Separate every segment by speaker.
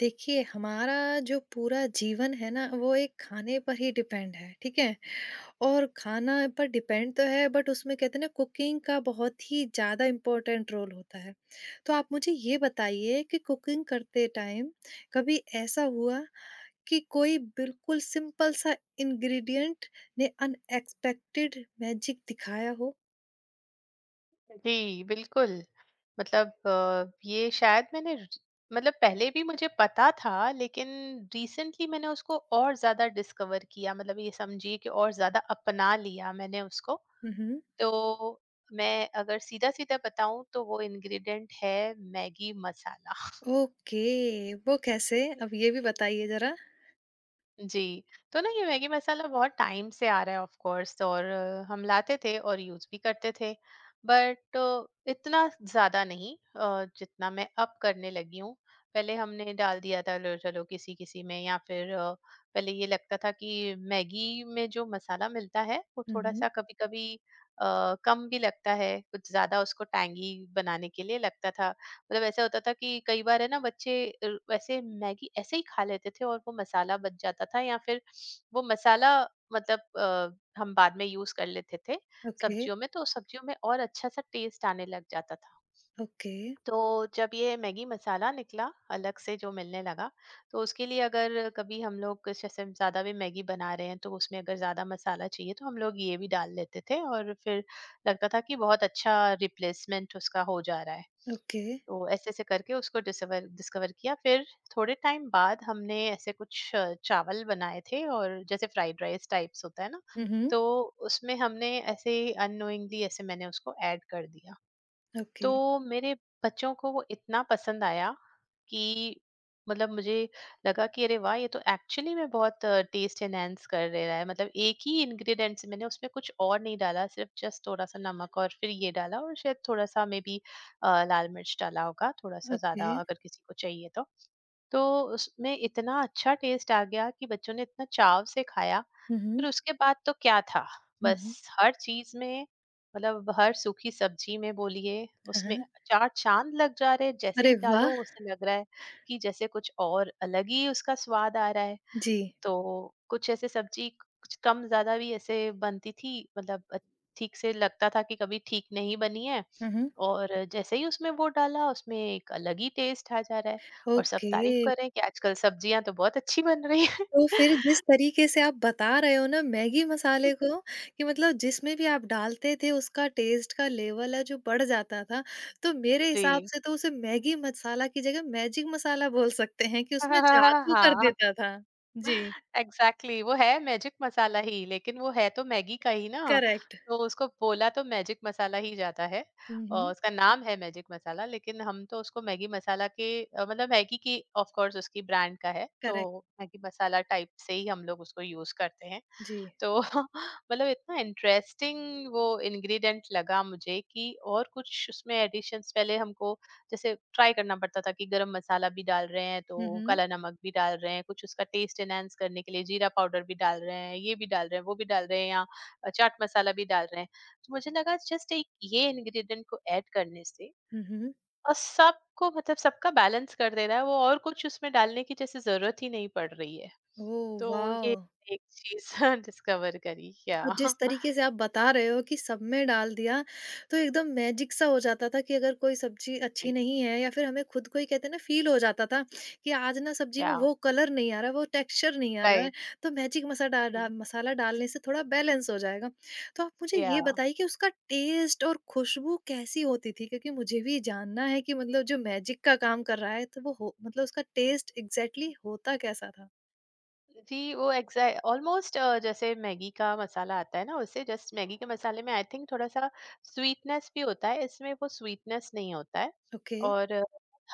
Speaker 1: देखिए, हमारा जो पूरा जीवन है ना, वो एक खाने पर ही डिपेंड है, ठीक है? और खाना पर डिपेंड तो है बट उसमें कहते हैं ना कुकिंग का बहुत ही ज़्यादा इम्पोर्टेंट रोल होता है। तो आप मुझे ये बताइए कि कुकिंग करते टाइम कभी ऐसा हुआ कि कोई बिल्कुल सिंपल सा इंग्रीडिएंट ने अनएक्सपेक्टेड मैजिक दिखाया हो?
Speaker 2: जी, बिल्कुल। मतलब ये शायद मैंने र मतलब पहले भी मुझे पता था, लेकिन रिसेंटली मैंने उसको और ज़्यादा डिस्कवर किया, मतलब ये समझिए कि और ज़्यादा अपना लिया मैंने उसको।
Speaker 1: हुँ, हुँ।
Speaker 2: तो मैं अगर सीधा-सीधा बताऊँ, तो वो इंग्रीडिएंट है मैगी मसाला।
Speaker 1: ओके, वो कैसे? अब ये भी बताइए ज़रा।
Speaker 2: जी, तो ना ये मैगी मसाला बहुत टाइम से आ रहा है ऑफ कोर्स और हम लाते थे और यूज़ भी करते थे, बट इतना ज़्यादा नहीं जितना मैं अब करने लगी हूँ। पहले हमने डाल दिया था लो चलो किसी-किसी में या फिर पहले ये लगता था कि मैगी में जो मसाला मिलता है, वो
Speaker 1: हुँ, हुँ।
Speaker 2: थोड़ा-सा कभी-कभी कम भी लगता है, कुछ ज़्यादा उसको टैंगी बनाने के लिए लगता था। मतलब ऐसा होता था कि कई बार है ना बच्चे वैसे मैगी ऐसे ही खा लेते थे और वो मसाला बच जाता था या फिर वो मसाला मतलब हम बाद में यूज कर लेते थे,
Speaker 1: ओके,
Speaker 2: सब्जियों में तो सब्जियों में और अच्छा सा टेस्ट आने लग जाता था।
Speaker 1: ओके,
Speaker 2: तो जब ये मैगी मसाला निकला अलग से जो मिलने लगा, तो उसके लिए अगर कभी हम लोग कुछ ऐसे ज्यादा भी मैगी बना रहे हैं तो उसमें अगर ज्यादा मसाला चाहिए तो हम लोग ये भी डाल लेते थे और फिर लगता था कि बहुत अच्छा रिप्लेसमेंट उसका हो जा रहा है।
Speaker 1: ओके।
Speaker 2: तो ऐसे-ऐसे करके उसको डिसवर डिस्कवर किया। फिर थोड़े टाइम बाद हमने ऐसे कुछ चावल बनाए थे और जैसे फ्राइड राइस टाइप्स होता है ना,
Speaker 1: हुँ, हुँ।
Speaker 2: तो उसमें हमने ऐसे ही अननोइंगली ऐसे मैंने उसको ऐड कर दिया।
Speaker 1: ओके,
Speaker 2: तो मेरे बच्चों को वो इतना पसंद आया कि मतलब मुझे लगा कि अरे वाह, ये तो एक्चुअली में बहुत टेस्ट एनहेंस कर दे रहा है, मतलब एक ही इंग्रेडिएंट से मैंने उसमें कुछ और नहीं डाला, सिर्फ जस्ट थोड़ा सा नमक और फिर ये डाला, और शायद थोड़ा सा मे बी लाल मिर्च डाला होगा थोड़ा सा
Speaker 1: ओके।
Speaker 2: ज्यादा अगर किसी को चाहिए तो। तो उसमें इतना अच्छा टेस्ट आ गया कि बच्चों ने इतना चाव से खाया।
Speaker 1: हुँ,
Speaker 2: फिर
Speaker 1: हुँ।
Speaker 2: उसके बाद तो क्या था,
Speaker 1: हुँ, हुँ।
Speaker 2: बस हर चीज़ में, मतलब हर सूखी सब्जी में बोलिए,
Speaker 1: हाँ,
Speaker 2: उसमें
Speaker 1: हाँ।
Speaker 2: चार चाँद लग जा रहे हैं, जैसे ही
Speaker 1: अरे
Speaker 2: डालो
Speaker 1: वाह!
Speaker 2: उसे लग रहा है कि जैसे कुछ और अलग ही उसका स्वाद आ रहा है।
Speaker 1: जी।
Speaker 2: तो कुछ ऐसे सब्जी कुछ कम ज़्यादा भी ऐसे बनती थी, मतलब ठीक से लगता था कि कभी ठीक नहीं बनी है,
Speaker 1: हुँ, हुँ।
Speaker 2: और जैसे ही उसमें वो डाला उसमें एक अलग ही टेस्ट आ जा रहा है और सब
Speaker 1: ओके।
Speaker 2: तारीफ कर रहे हैं कि आजकल सब्जियां तो बहुत अच्छी बन रही है।
Speaker 1: तो फिर जिस तरीके से आप बता रहे हो ना मैगी मसाले को कि मतलब जिसमें भी आप डालते थे उसका टेस्ट का लेवल है जो बढ़ जाता था, तो मेरे हिसाब
Speaker 2: जी।
Speaker 1: से तो उसे मैगी मसाला की जगह मैजिक मसाला बोल सकते हैं कि उसमें जादू कर
Speaker 2: हाँ,
Speaker 1: देता था। जी,
Speaker 2: एग्जैक्टली exactly, वो है मैजिक मसाला ही, लेकिन वो है तो मैगी का ही ना।
Speaker 1: करेक्ट।
Speaker 2: तो उसको बोला तो मैजिक मसाला ही जाता है,
Speaker 1: हुँ,
Speaker 2: और
Speaker 1: हुँ।
Speaker 2: उसका नाम है मैजिक मसाला, लेकिन हम तो उसको मैगी मसाला के मतलब मैगी की ऑफ कोर्स उसकी ब्रांड का है,
Speaker 1: करेक्ट।
Speaker 2: तो मैगी मसाला टाइप से ही हम लोग उसको यूज करते हैं।
Speaker 1: जी।
Speaker 2: तो मतलब इतना इंटरेस्टिंग वो इंग्रेडिएंट लगा मुझे, कि और कुछ उसमें एडिशंस पहले हमको जैसे ट्राई करना पड़ता था, कि गरम मसाला भी डाल रहे हैं तो
Speaker 1: हुँ, हुँ।
Speaker 2: काला नमक भी डाल रहे हैं, कुछ उसका टेस्ट एनहांस करने के लिए जीरा पाउडर भी डाल रहे हैं, ये भी डाल रहे हैं वो भी डाल रहे हैं, या चाट मसाला भी डाल रहे हैं। तो मुझे लगा जस्ट एक ये इंग्रेडिएंट को ऐड करने से,
Speaker 1: हुँ, हुँ।
Speaker 2: और सबको, मतलब सबका बैलेंस कर दे रहा है वो, और कुछ उसमें डालने की जैसे जरूरत ही नहीं पड़ रही है।
Speaker 1: ओह
Speaker 2: तो
Speaker 1: वाव!
Speaker 2: ये एक चीज़ डिस्कवर करी,
Speaker 1: तो जिस तरीके से आप बता रहे हो कि सब में डाल दिया, तो एकदम मैजिक सा हो जाता था कि अगर कोई सब्ज़ी अच्छी नहीं है या फिर हमें खुद को ही कहते हैं ना फ़ील हो जाता था कि आज ना सब्ज़ी
Speaker 2: या,
Speaker 1: में वो कलर नहीं आ रहा है, वो टेक्सचर नहीं आ रहा है,
Speaker 2: राइट,
Speaker 1: तो मैजिक मसा डा डा मसाला डालने से थोड़ा बैलेंस हो जाएगा। तो आप मुझे
Speaker 2: या।
Speaker 1: ये बताइए कि उसका टेस्ट और खुशबू कैसी होती थी? क्योंकि मुझे भी जानना है कि मतलब जो मैजिक का काम कर रहा है, तो वो हो मतलब उसका टेस्ट एग्ज़ैक्टली होता कैसा था?
Speaker 2: जी, वो एग्ज़ै ऑलमोस्ट जैसे मैगी का मसाला आता है ना, उससे जस्ट मैगी के मसाले में आई थिंक थोड़ा-सा स्वीटनेस भी होता है, इसमें वो स्वीटनेस नहीं होता है,
Speaker 1: ओके।
Speaker 2: और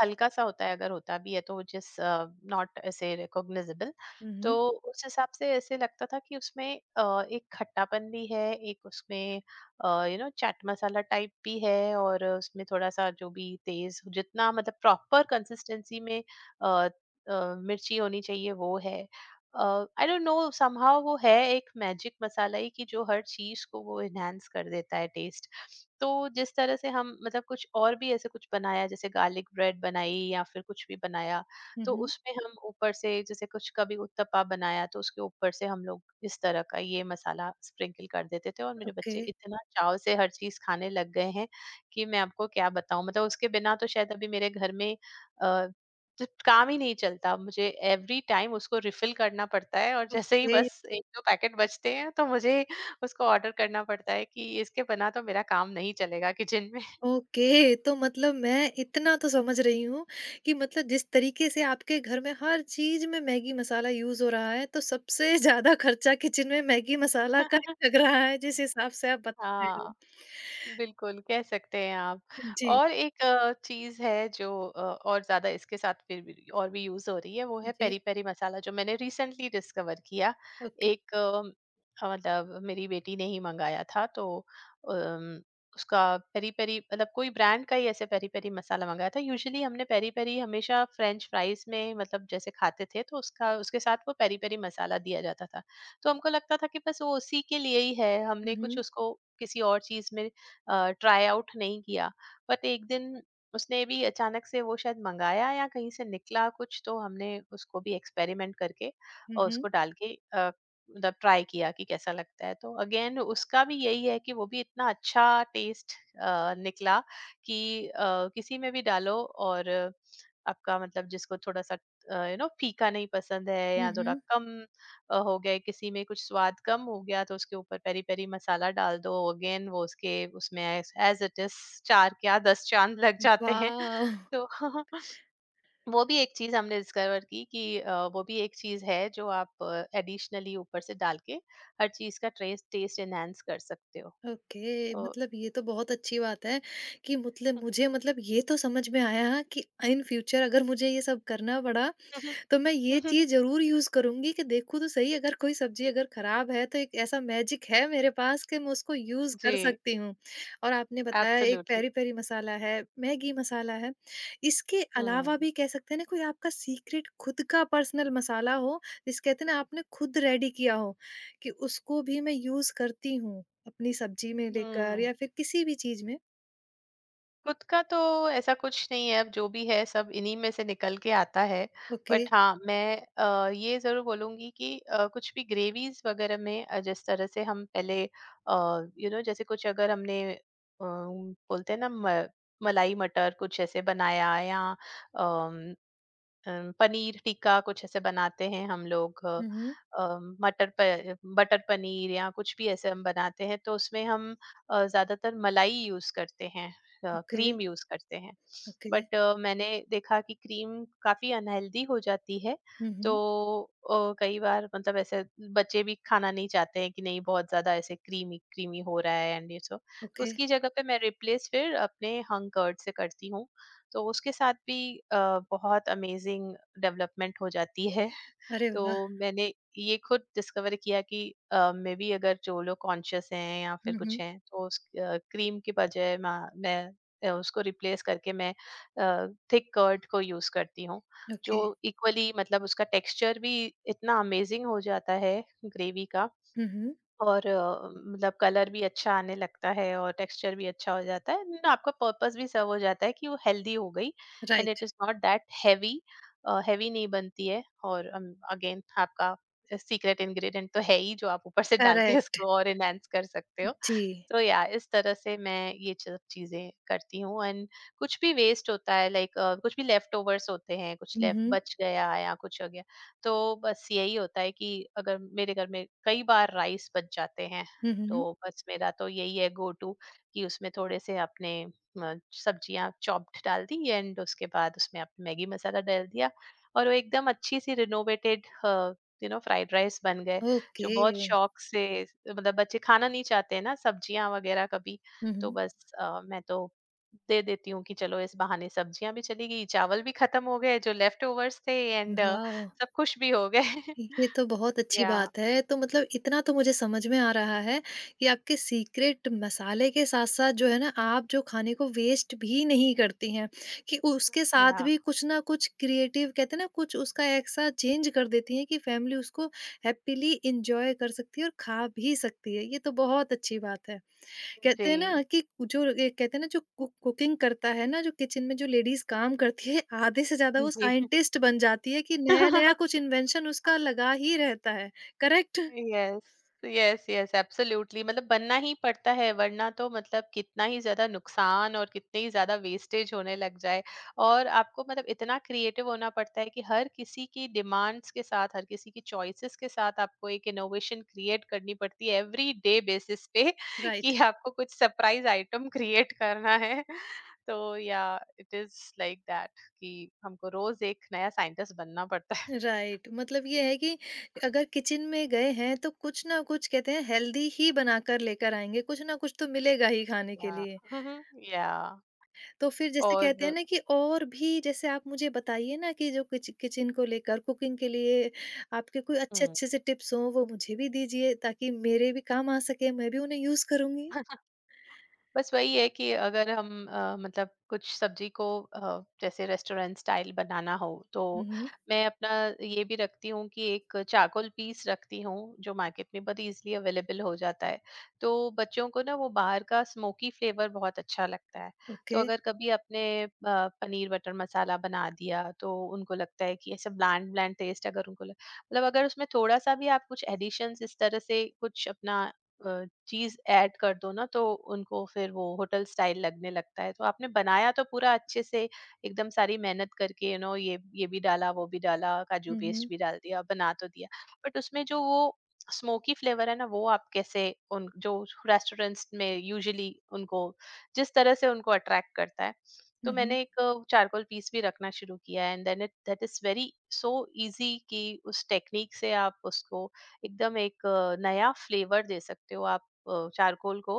Speaker 2: हल्का-सा होता है, अगर होता भी है तो जस्ट नॉट ऐसे रिकॉग्नाइजेबल।
Speaker 1: हुँ,
Speaker 2: तो
Speaker 1: हुँ।
Speaker 2: उस हिसाब से ऐसे लगता था कि उसमें एक खट्टापन भी है, एक उसमें you know chaat masala type भी है, और उसमें थोड़ा-सा जो भी तेज़ जितना मतलब प्रॉपर कंसिस्टेंसी में अ मिर्ची होनी चाहिए वो है। आई डोंट नो समहाउ, वो है एक मैजिक मसाला ही कि जो हर चीज को वो एनहांस कर देता है टेस्ट। तो जिस तरह से हम मतलब कुछ और भी ऐसे कुछ बनाया, जैसे गार्लिक ब्रेड बनाई या फिर कुछ भी बनाया,
Speaker 1: हुँ,
Speaker 2: तो
Speaker 1: हुँ।
Speaker 2: उसमें हम ऊपर से, जैसे कुछ कभी उत्तपा बनाया तो उसके ऊपर से हम लोग इस तरह का ये मसाला स्प्रिंकल कर देते थे, और मेरे
Speaker 1: ओके,
Speaker 2: बच्चे इतना चाव से हर चीज खाने लग गए हैं कि मैं आपको क्या बताऊं, मतलब उसके बिना तो शायद अभी मेरे घर में जब काम ही नहीं चलता, मुझे एवरी टाइम उसको रिफिल करना पड़ता है, और जैसे ही
Speaker 1: ओके।
Speaker 2: बस एक दो पैकेट बचते हैं तो मुझे उसको ऑर्डर करना पड़ता है कि इसके बिना तो मेरा काम नहीं चलेगा किचन में।
Speaker 1: ओके, तो मतलब मैं इतना तो समझ रही हूँ कि मतलब जिस तरीके से आपके घर में हर चीज़ में मैगी मसाला यूज़ हो रहा है, तो सबसे ज़्यादा खर्चा किचन में मैगी मसाला का ही लग रहा है, जिस हिसाब से आप बता रहे
Speaker 2: हाँ,
Speaker 1: हो।
Speaker 2: बिल्कुल, कह सकते हैं आप।
Speaker 1: जी,
Speaker 2: और एक चीज़ है जो और ज़्यादा इसके साथ फिर भी और भी यूज़ हो रही है, वो है
Speaker 1: जी,
Speaker 2: पेरी-पेरी मसाला जो मैंने रिसेंटली डिस्कवर किया।
Speaker 1: ओके।
Speaker 2: एक मतलब मेरी बेटी ने ही मँगाया था, तो अम, उसका पेरी-पेरी, मतलब कोई ब्रांड का ही ऐसे पेरी-पेरी मसाला मँगाया था। यूजुअली हमने पेरी-पेरी हमेशा फ्रेंच फ्राइज़ में, मतलब जैसे खाते थे तो उसका उसके साथ वो पेरी-पेरी मसाला दिया जाता था। तो हमको लगता था कि बस वो उसी के लिए ही है, हमने
Speaker 1: हुँ,
Speaker 2: कुछ
Speaker 1: हुँ।
Speaker 2: उसको किसी और चीज़ में ट्राई आउट नहीं किया, बट एक दिन उसने भी अचानक से वो शायद मंगाया या कहीं से निकला कुछ, तो हमने उसको भी एक्सपेरिमेंट करके
Speaker 1: हुँ,
Speaker 2: और
Speaker 1: हुँ।
Speaker 2: उसको डाल के मतलब ट्राई किया कि कैसा लगता है, तो अगेन उसका भी यही है कि वो भी इतना अच्छा टेस्ट निकला, कि किसी में भी डालो और आपका, मतलब जिसको थोड़ा सा यू नो फीका नहीं पसंद है
Speaker 1: हुँ,
Speaker 2: या थोड़ा
Speaker 1: हुँ।
Speaker 2: कम हो गया है, किसी में कुछ स्वाद कम हो गया तो उसके ऊपर पेरी पेरी मसाला डाल दो, अगेन वो उसके उसमें एज इट इज चार क्या दस चांद लग जाते हैं।
Speaker 1: वाह!
Speaker 2: तो वो भी एक चीज हमने डिस्कवर की कि वो भी एक चीज है जो आप एडिशनली ऊपर से डाल के हर चीज का ट्रेस टेस्ट एनहांस कर सकते हो।
Speaker 1: ओके,
Speaker 2: तो
Speaker 1: मतलब ये तो बहुत अच्छी बात है कि मतलब मुझे मतलब ये तो समझ में आया कि इन फ्यूचर अगर मुझे ये सब करना पड़ा तो मैं ये चीज़ ज़रूर यूज़ करूँगी कि देखूँ तो सही अगर कोई सब्ज़ी अगर ख़राब है तो एक ऐसा मैजिक है मेरे पास कि मैं उसको यूज़ कर
Speaker 2: जी।
Speaker 1: सकती हूँ। और आपने बताया एक
Speaker 2: एब्सोल्युटली।
Speaker 1: पेरी-पेरी मसाला है, मैगी मसाला है। इसके अलावा
Speaker 2: हम्म,
Speaker 1: भी कह सकते हैं ना कोई आपका सीक्रेट खुद का पर्सनल मसाला हो, जिसे कहते हैं ना आपने खुद रेडी किया हो, कि उसको भी मैं यूज़ करती हूँ अपनी सब्ज़ी में लेकर
Speaker 2: हम्म।
Speaker 1: या फिर किसी भी चीज़ में।
Speaker 2: खुद का तो ऐसा कुछ नहीं है, अब जो भी है सब इन्हीं में से निकल के आता है।
Speaker 1: ओके।
Speaker 2: बट हाँ, मैं ये जरूर बोलूंगी कि कुछ भी ग्रेवीज वगैरह में जिस तरह से हम पहले यू नो, जैसे कुछ अगर हमने बोलते हैं ना मलाई मटर कुछ ऐसे बनाया, या पनीर टिक्का कुछ ऐसे बनाते हैं हम लोग,
Speaker 1: हुँ, हुँ।
Speaker 2: बटर पनीर या कुछ भी ऐसे हम बनाते हैं, तो उसमें हम ज्यादातर मलाई यूज करते हैं,
Speaker 1: ओके,
Speaker 2: क्रीम यूज करते हैं।
Speaker 1: ओके।
Speaker 2: बट मैंने देखा कि क्रीम काफी अनहेल्दी हो जाती है।
Speaker 1: हुँ,
Speaker 2: तो
Speaker 1: हुँ।
Speaker 2: कई बार मतलब ऐसे बच्चे भी खाना नहीं चाहते हैं कि नहीं, बहुत ज्यादा ऐसे क्रीमी क्रीमी हो रहा है एंड ये सब। तो
Speaker 1: ओके।
Speaker 2: उसकी जगह पे मैं रिप्लेस फिर अपने हंग कर्ड से करती हूँ, तो उसके साथ भी अ, बहुत अमेजिंग डेवलपमेंट हो जाती है।
Speaker 1: अरे
Speaker 2: तो
Speaker 1: वाह!
Speaker 2: मैंने ये खुद डिस्कवर किया कि मे बी अगर जो लोग कॉन्शियस हैं या फिर
Speaker 1: हुँ,
Speaker 2: कुछ
Speaker 1: हुँ।
Speaker 2: हैं तो उस क्रीम के बजाय मैं उसको रिप्लेस करके मैं थिक कर्ड को यूज करती हूँ, जो
Speaker 1: ओके।
Speaker 2: इक्वली मतलब उसका टेक्सचर भी इतना अमेजिंग हो जाता है ग्रेवी का।
Speaker 1: हुँ, हुँ।
Speaker 2: और मतलब कलर भी अच्छा आने लगता है और टेक्सचर भी अच्छा हो जाता है, एंड आपका पर्पस भी सर्व हो जाता है कि वो हेल्दी हो गई, and it
Speaker 1: right,
Speaker 2: is not that heavy, heavy नहीं बनती है, और अगेन आपका सीक्रेट इंग्रेडिएंट तो है ही, जो आप ऊपर से डाल के
Speaker 1: करेक्ट
Speaker 2: उसको और एनहांस कर सकते हो।
Speaker 1: जी।
Speaker 2: तो या, इस तरह से मैं ये सब चीजें करती हूँ एंड कुछ भी वेस्ट होता है लाइक कुछ भी लेफ्ट ओवर्स होते हैं, कुछ
Speaker 1: हुँ,
Speaker 2: लेफ्ट
Speaker 1: हुँ।
Speaker 2: बच गया या कुछ हो गया, तो बस यही होता है कि अगर मेरे घर में कई बार राइस बच जाते हैं,
Speaker 1: हुँ, हुँ।
Speaker 2: तो बस मेरा तो यही है गो टू कि उसमें थोड़े से अपने सब्जियां चॉप्ड डाल दी, एंड उसके बाद उसमें आप मैगी मसाला डाल दिया और वो एकदम अच्छी सी renovated you know fried rice बन गए, जो
Speaker 1: ओके।
Speaker 2: बहुत शौक से, मतलब बच्चे खाना नहीं चाहते हैं ना सब्जियां वगैरह कभी,
Speaker 1: हुँ,
Speaker 2: तो
Speaker 1: हुँ।
Speaker 2: बस मैं तो दे देती हूँ कि चलो इस बहाने सब्जियां भी चली गई चावल भी खत्म हो गए जो लेफ्ट ओवर्स थे, एंड
Speaker 1: वॉव!
Speaker 2: सब खुश भी हो गए।
Speaker 1: ये तो बहुत अच्छी
Speaker 2: या,
Speaker 1: बात है। तो मतलब इतना तो मुझे समझ में आ रहा है कि आपके सीक्रेट मसाले के साथ-साथ जो है ना, आप जो खाने को वेस्ट भी नहीं करती हैं, कि उसके साथ
Speaker 2: या।
Speaker 1: भी कुछ ना कुछ क्रिएटिव कहते हैं ना, कुछ उसका ऐसा चेंज कर देती हैं कि फ़ैमिली उसको हैप्पीली एन्जॉय कर सकती है और खा भी सकती है। ये तो बहुत अच्छी बात है। कहते हैं
Speaker 2: जी,
Speaker 1: ना कि जो ए, कहते हैं ना जो कुक कुकिंग करता है ना, जो किचन में जो लेडीज़ काम करती है, आधे से ज़्यादा वो
Speaker 2: जी।
Speaker 1: साइंटिस्ट बन जाती है कि नया-नया कुछ इन्वेंशन उसका लगा ही रहता है। Correct?
Speaker 2: Yes, yes, yes. Absolutely, मतलब बनना ही पड़ता है, वरना तो मतलब कितना ही ज्यादा नुकसान और कितने ही ज्यादा वेस्टेज होने लग जाए। और आपको मतलब इतना क्रिएटिव होना पड़ता है कि हर किसी की डिमांड्स के साथ हर किसी की चॉइसेस के साथ आपको एक इनोवेशन क्रिएट करनी पड़ती है एवरी डे बेसिस पे,
Speaker 1: राइट,
Speaker 2: कि आपको कुछ सरप्राइज आइटम क्रिएट करना है। तो या इट इज लाइक दैट, कि हमको रोज एक नया साइंटिस्ट बनना पड़ता है।
Speaker 1: राइट। मतलब ये है कि अगर किचन में गए हैं, तो कुछ ना कुछ कहते हैं हेल्दी ही बनाकर लेकर आएँगे, कुछ ना कुछ तो मिलेगा ही खाने के
Speaker 2: या,
Speaker 1: लिए।
Speaker 2: या,
Speaker 1: तो फिर जैसे कहते हैं
Speaker 2: और
Speaker 1: ना कि और भी जैसे आप मुझे बताइए ना कि जो किचन को लेकर कुकिंग के लिए आपके कोई
Speaker 2: हम्म।
Speaker 1: अच्छे-अच्छे से टिप्स हों वो मुझे भी दीजिए ताकि मेरे भी काम आ सके, मैं भी उन्हें यूज़ करूँगी।
Speaker 2: बस वही है कि अगर हम मतलब कुछ सब्जी को जैसे रेस्टोरेंट स्टाइल बनाना हो तो
Speaker 1: हुँ, हुँ।
Speaker 2: मैं अपना ये भी रखती हूँ कि एक चाकोल पीस रखती हूँ, जो मार्केट में बहुत इजीली अवेलेबल हो जाता है। तो बच्चों को ना वो बाहर का स्मोकी फ्लेवर बहुत अच्छा लगता है। तो
Speaker 1: ओके।
Speaker 2: अगर कभी अपने पनीर बटर मसाला बना दिया तो उनको लगता है कि ऐसा ब्लैंड ब्लैंड टेस्ट, अगर उनको मतलब अगर उसमें थोड़ा सा भी आप कुछ एडिशंस इस तरह से कुछ अपना चीज ऐड कर दो ना, तो उनको फिर वो होटल स्टाइल लगने लगता है। तो आपने बनाया तो पूरा अच्छे से, एकदम सारी मेहनत करके, ये भी डाला, वो भी डाला, काजू
Speaker 1: हुँ,
Speaker 2: पेस्ट
Speaker 1: हुँ।
Speaker 2: भी डाल दिया, बना तो दिया, बट उसमें जो वो स्मोकी फ्लेवर है ना, वो आप कैसे उन जो रेस्टोरेंट्स में यूजुअली उनको जिस तरह से उनको अट्रैक्ट करता है। तो
Speaker 1: हुँ, हुँ।
Speaker 2: मैंने एक चारकोल पीस भी रखना शुरू किया, and then it that is very so easy कि उस टेक्निक से आप उसको एकदम एक नया फ्लेवर दे सकते हो। आप चारकोल को,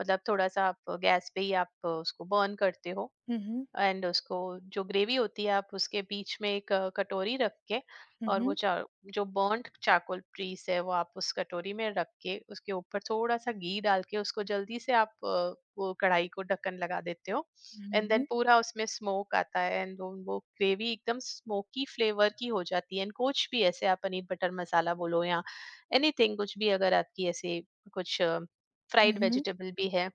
Speaker 2: मतलब थोड़ा सा आप गैस पे ही आप उसको बर्न करते हो,
Speaker 1: हुँ, हुँ।
Speaker 2: एंड उसको जो ग्रेवी होती है आप उसके बीच में एक कटोरी रख के,
Speaker 1: हुँ,
Speaker 2: और
Speaker 1: हुँ।
Speaker 2: जो बर्न्ड चारकोल पीस है, वो आप उस कटोरी में रख के उसके ऊपर थोड़ा सा घी डाल के उसको जल्दी से आप वो कढ़ाई को ढक्कन लगा देते हो।
Speaker 1: हुँ,
Speaker 2: एंड देन
Speaker 1: हुँ।
Speaker 2: पूरा उसमें स्मोक आता है, एंड वो ग्रेवी एकदम स्मोकी फ्लेवर की हो जाती है। एंड कुछ भी, ऐसे आप पनीर बटर मसाला बोलो या एनीथिंग, कुछ भी अगर आपकी ऐसे कुछ
Speaker 1: हुँ,
Speaker 2: फ्राइड
Speaker 1: हुँ।
Speaker 2: वेजिटेबल भी है,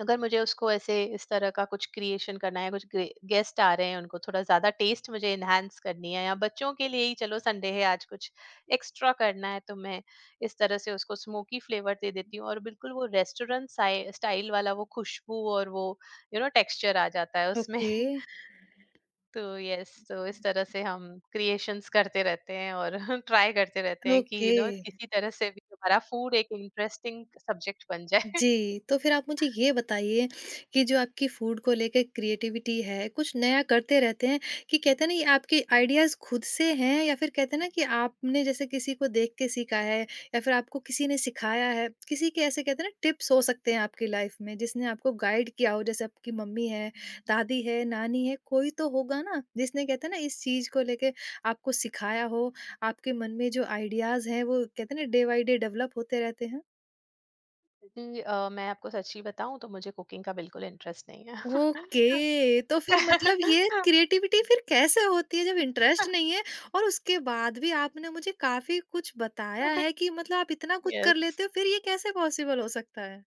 Speaker 2: अगर मुझे उसको ऐसे इस तरह का कुछ क्रिएशन करना है, कुछ गेस्ट आ रहे हैं उनको थोड़ा ज्यादा टेस्ट मुझे इनहेंस करनी है, या बच्चों के लिए ही चलो संडे है आज कुछ एक्स्ट्रा करना है, तो मैं इस तरह से उसको स्मोकी फ्लेवर दे देती हूँ और बिल्कुल वो रेस्टोरेंट स्टाइल वाला वो खुशबू और वो टेक्सचर आ जाता है उसमें।
Speaker 1: ओके।
Speaker 2: तो यस, तो इस तरह से हम क्रिएशंस करते रहते हैं और ट्राई करते रहते हैं, कि
Speaker 1: ओके।
Speaker 2: किसी तरह से भी हमारा फूड एक इंटरेस्टिंग सब्जेक्ट बन जाए।
Speaker 1: जी, तो फिर आप मुझे ये बताइए कि जो आपकी फूड को लेके क्रिएटिविटी है, कुछ नया करते रहते हैं कि कहते हैं ना ये आपके आइडियाज़ खुद से हैं या फिर कहते हैं ना कि आपने जैसे किसी को देख के सीखा है या फिर आपको किसी ने सिखाया है, किसी के ऐसे कहते हैं ना टिप्स हो सकते हैं आपकी लाइफ में जिसने आपको गाइड किया हो जैसे आपकी मम्मी है, दादी है, नानी है, कोई तो होगा ना जिसने कहते हैं ना इस चीज़ को लेके आपको सिखाया हो, आपके मन में जो आइडियाज़ हैं वो कहते हैं ना डे बाय डे डेवलप होते रहते हैं?
Speaker 2: जी, मैं आपको सच्ची बताऊँ तो मुझे कुकिंग का बिल्कुल इंटरेस्ट नहीं है।
Speaker 1: ओके, तो फिर मतलब ये क्रिएटिविटी फिर कैसे होती है जब इंटरेस्ट नहीं है? और उसके बाद भी आपने मुझे काफ़ी कुछ बताया है कि मतलब आप इतना कुछ कर
Speaker 2: यस,
Speaker 1: लेते हो, फिर ये कैसे पॉसिबल हो सकता है?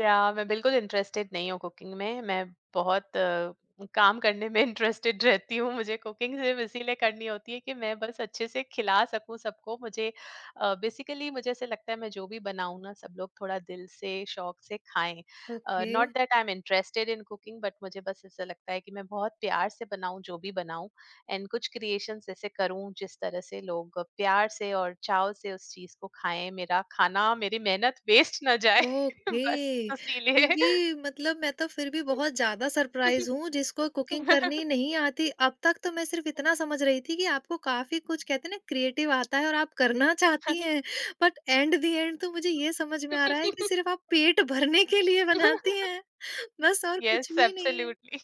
Speaker 2: या मैं बिल्कुल इंटरेस्टेड नहीं हूँ कुकिंग में। मैं बहुत काम करने में इंटरेस्टेड रहती हूँ। मुझे कुकिंग सिर्फ़ इसीलिए करनी होती है कि मैं बस अच्छे से खिला सकूँ सबको। मुझे बेसिकली मुझे ऐसा लगता है मैं जो भी बनाऊँ ना, सब लोग थोड़ा दिल से, शौक से खाएँ।
Speaker 1: Okay.
Speaker 2: Not that I am interested in cooking, but मुझे बस ऐसा लगता है कि मैं बहुत प्यार से बनाऊँ जो भी बनाऊँ, एंड कुछ क्रिएशंस ऐसे करूँ जिस तरह से लोग प्यार से और चाव से उस चीज़ को खाएँ। मेरा खाना, मेरी मेहनत वेस्ट ना जाए। बस
Speaker 1: ओके, फिर
Speaker 2: इसीलिए।
Speaker 1: भी मतलब मैं तो फिर भी बहुत ज़्यादा सरप्राइज़ हूँ जिसको कुकिंग करनी नहीं आती। अब तक तो मैं सिर्फ़ इतना समझ रही थी कि आपको काफ़ी कुछ कहते हैं ना क्रिएटिव आता है और आप करना चाहती हैं। बट एट द एंड तो मुझे ये समझ में आ रहा है कि सिर्फ़ आप पेट भरने के लिए बनाती हैं, बस और
Speaker 2: Yes,
Speaker 1: कुछ भी नहीं है।
Speaker 2: absolutely,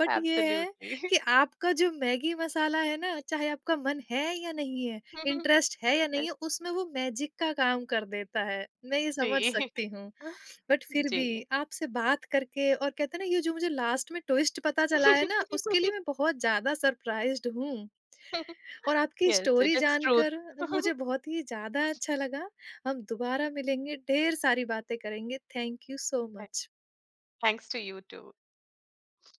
Speaker 1: बट ये है
Speaker 2: absolutely.
Speaker 1: कि आपका जो मैगी मसाला है ना, चाहे आपका मन है या नहीं है,
Speaker 2: Yes,
Speaker 1: इंटरेस्ट है या नहीं है, उसमें वो मैजिक का काम कर देता है। मैं ये समझ
Speaker 2: जी।
Speaker 1: सकती हूँ। बट फिर भी
Speaker 2: जी।
Speaker 1: आपसे बात करके और कहते हैं ना, ये जो मुझे लास्ट में ट्विस्ट पता चला है ना, उसके लिए मैं बहुत ज़्यादा सरप्राइज़्ड हूँ और आपकी
Speaker 2: Yes, it
Speaker 1: story
Speaker 2: is truth.
Speaker 1: जानकर मुझे बहुत ही ज़्यादा अच्छा लगा। हम दोबारा मिलेंगे, ढेर सारी बातें करेंगे। Thank you so much.
Speaker 2: Thanks to you too.